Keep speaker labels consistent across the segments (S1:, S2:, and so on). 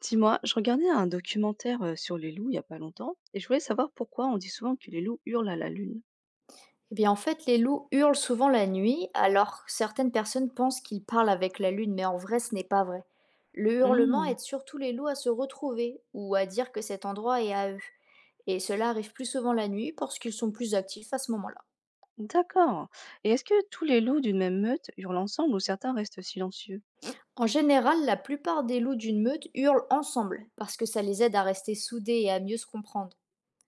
S1: Dis-moi, je regardais un documentaire sur les loups il y a pas longtemps et je voulais savoir pourquoi on dit souvent que les loups hurlent à la lune.
S2: Eh bien, en fait, les loups hurlent souvent la nuit, alors certaines personnes pensent qu'ils parlent avec la lune, mais en vrai, ce n'est pas vrai. Le hurlement
S1: Hmm,
S2: aide surtout les loups à se retrouver ou à dire que cet endroit est à eux. Et cela arrive plus souvent la nuit parce qu'ils sont plus actifs à ce moment-là.
S1: d'accord. Et est-ce que tous les loups d'une même meute hurlent ensemble ou certains restent silencieux?
S2: En général, la plupart des loups d'une meute hurlent ensemble parce que ça les aide à rester soudés et à mieux se comprendre.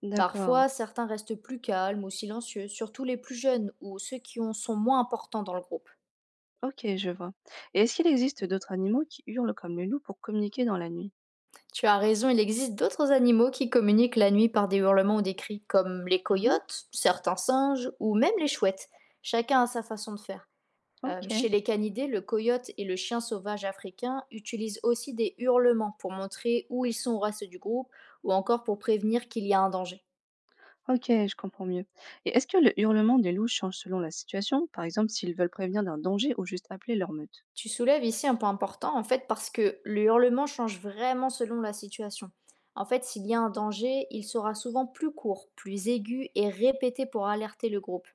S1: D'accord.
S2: Parfois, certains restent plus calmes ou silencieux, surtout les plus jeunes ou ceux qui sont moins importants dans le groupe.
S1: Ok, je vois. Et est-ce qu'il existe d'autres animaux qui hurlent comme les loups pour communiquer dans la nuit?
S2: Tu as raison, il existe d'autres animaux qui communiquent la nuit par des hurlements ou des cris, comme les
S1: Mhm,
S2: coyotes, certains singes ou même les chouettes. Chacun a sa façon de faire.
S1: ok,
S2: Chez les canidés, le coyote et le chien sauvage africain utilisent aussi des hurlements pour montrer où ils sont au reste du groupe ou encore pour prévenir qu'il y a un danger.
S1: ok, je comprends mieux. Et est-ce que le hurlement des loups change selon la situation, par exemple s'ils veulent prévenir d'un danger ou juste appeler leur meute?
S2: Tu soulèves ici un point important en fait parce que le hurlement change vraiment selon la situation. En fait, s'il y a un danger, il sera souvent plus court, plus aigu et répété pour alerter le groupe.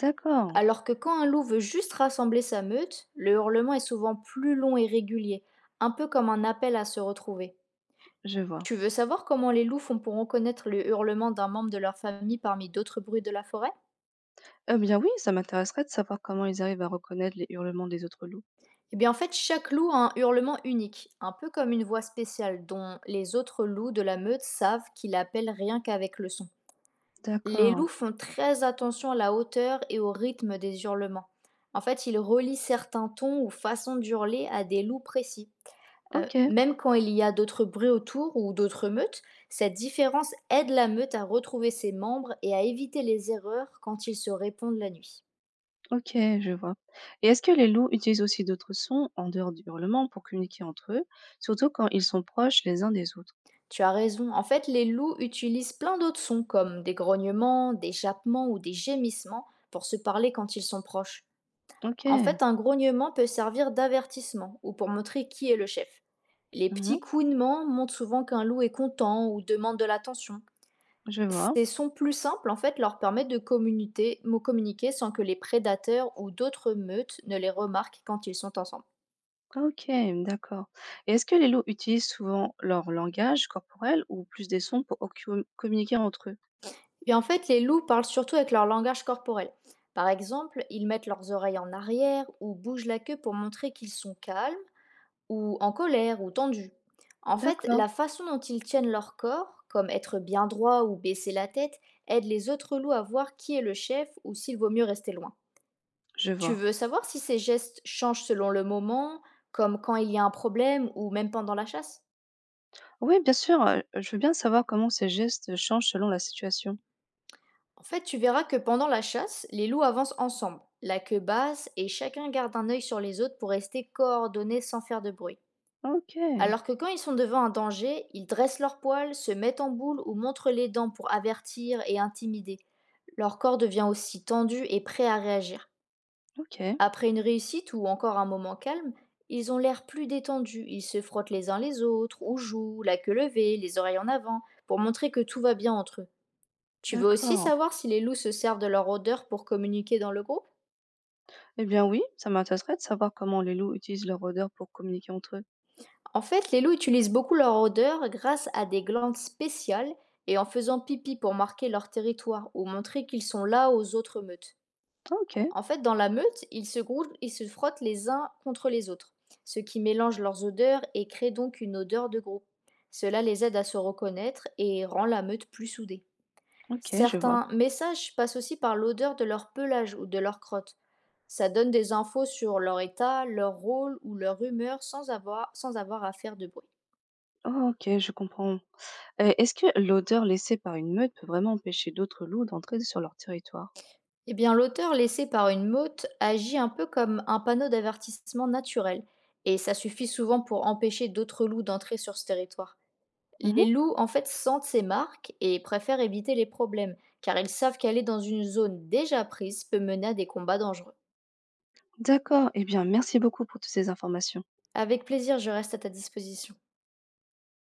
S1: D'accord,
S2: Alors que quand un loup veut juste rassembler sa meute, le hurlement est souvent plus long et régulier, un peu comme un appel à se retrouver.
S1: je vois.
S2: Tu veux savoir comment les loups font pour reconnaître le hurlement d'un membre de leur famille parmi d'autres bruits de la forêt.
S1: Eh bien oui, ça m'intéresserait de savoir comment ils arrivent à reconnaître les hurlements des autres loups.
S2: Eh bien en fait, chaque loup a un hurlement unique, un peu comme une voix spéciale dont les autres loups de la meute savent qu'il appelle rien qu'avec le son. Les
S1: D'accord.
S2: loups font très attention à la hauteur et au rythme des hurlements. En fait, ils relient certains tons ou façons d'hurler à des loups précis.
S1: Ok,
S2: Même quand il y a d'autres bruits autour ou d'autres meutes, cette différence aide la meute à retrouver ses membres et à éviter les erreurs quand ils se répondent la nuit.
S1: ok, je vois. Et est-ce que les loups utilisent aussi d'autres sons en dehors du hurlement pour communiquer entre eux, surtout quand ils sont proches les uns des autres?
S2: Tu as raison, en fait les loups utilisent plein d'autres sons comme des grognements, des jappements ou des gémissements pour se parler quand ils sont proches.
S1: Ok,
S2: En fait un grognement peut servir d'avertissement ou pour montrer qui est le chef. Les
S1: mhm,
S2: petits couinements montrent souvent qu'un loup est content ou demande de l'attention.
S1: je vois.
S2: Ces sons plus simples, en fait, leur permettent de communiquer sans que les prédateurs ou d'autres meutes ne les remarquent quand ils sont ensemble.
S1: Ok, d'accord. Et est-ce que les loups utilisent souvent leur langage corporel ou plus des sons pour communiquer entre eux?
S2: Et en fait, les loups parlent surtout avec leur langage corporel. Par exemple, ils mettent leurs oreilles en arrière ou bougent la queue pour montrer qu'ils sont calmes ou en colère ou tendus. En fait,
S1: D'accord,
S2: la façon dont ils tiennent leur corps, comme être bien droit ou baisser la tête, aide les autres loups à voir qui est le chef ou s'il vaut mieux rester loin.
S1: je
S2: Tu
S1: vois.
S2: veux savoir si ces gestes changent selon le moment, comme quand il y a un problème ou même pendant la chasse?
S1: Oui, bien sûr, je veux bien savoir comment ces gestes changent selon la situation.
S2: En fait, tu verras que pendant la chasse, les loups avancent ensemble, la queue basse, et chacun garde un œil sur les autres pour rester coordonnés sans faire de bruit.
S1: Ok,
S2: Alors que quand ils sont devant un danger, ils dressent leurs poils, se mettent en boule ou montrent les dents pour avertir et intimider. Leur corps devient aussi tendu et prêt à réagir.
S1: ok.
S2: Après une réussite ou encore un moment calme, ils ont l'air plus détendus, ils se frottent les uns les autres, ou jouent, la queue levée, les oreilles en avant, pour montrer que tout va bien entre eux. Tu veux aussi
S1: D'accord.
S2: savoir si les loups se servent de leur odeur pour communiquer dans le groupe.
S1: Eh bien oui, ça m'intéresserait de savoir comment les loups utilisent leur odeur pour communiquer entre eux.
S2: En fait, les loups utilisent beaucoup leur odeur grâce à des glandes spéciales et en faisant pipi pour marquer leur territoire ou montrer qu'ils sont là aux autres meutes.
S1: Ah, ok,
S2: En fait, dans la meute, ils se groupent et se frottent les uns contre les autres, ce qui mélange leurs odeurs et crée donc une odeur de groupe. Cela les aide à se reconnaître et rend la meute plus soudée.
S1: ok, je vois.
S2: Certains messages passent aussi par l'odeur de leur pelage ou de leur crotte. Ça donne des infos sur leur état, leur rôle ou leur humeur sans avoir à faire de bruit.
S1: Oh, ok, je comprends. Est-ce que l'odeur laissée par une meute peut vraiment empêcher d'autres loups d'entrer sur leur territoire?
S2: Eh bien, l'auteur laissé par une meute agit un peu comme un panneau d'avertissement naturel, et ça suffit souvent pour empêcher d'autres loups d'entrer sur ce territoire.
S1: Mhm.
S2: Les loups, en fait, sentent ces marques et préfèrent éviter les problèmes, car ils savent qu'aller dans une zone déjà prise peut mener à des combats dangereux.
S1: D'accord. Eh bien, merci beaucoup pour toutes ces informations.
S2: Avec plaisir, je reste à ta disposition.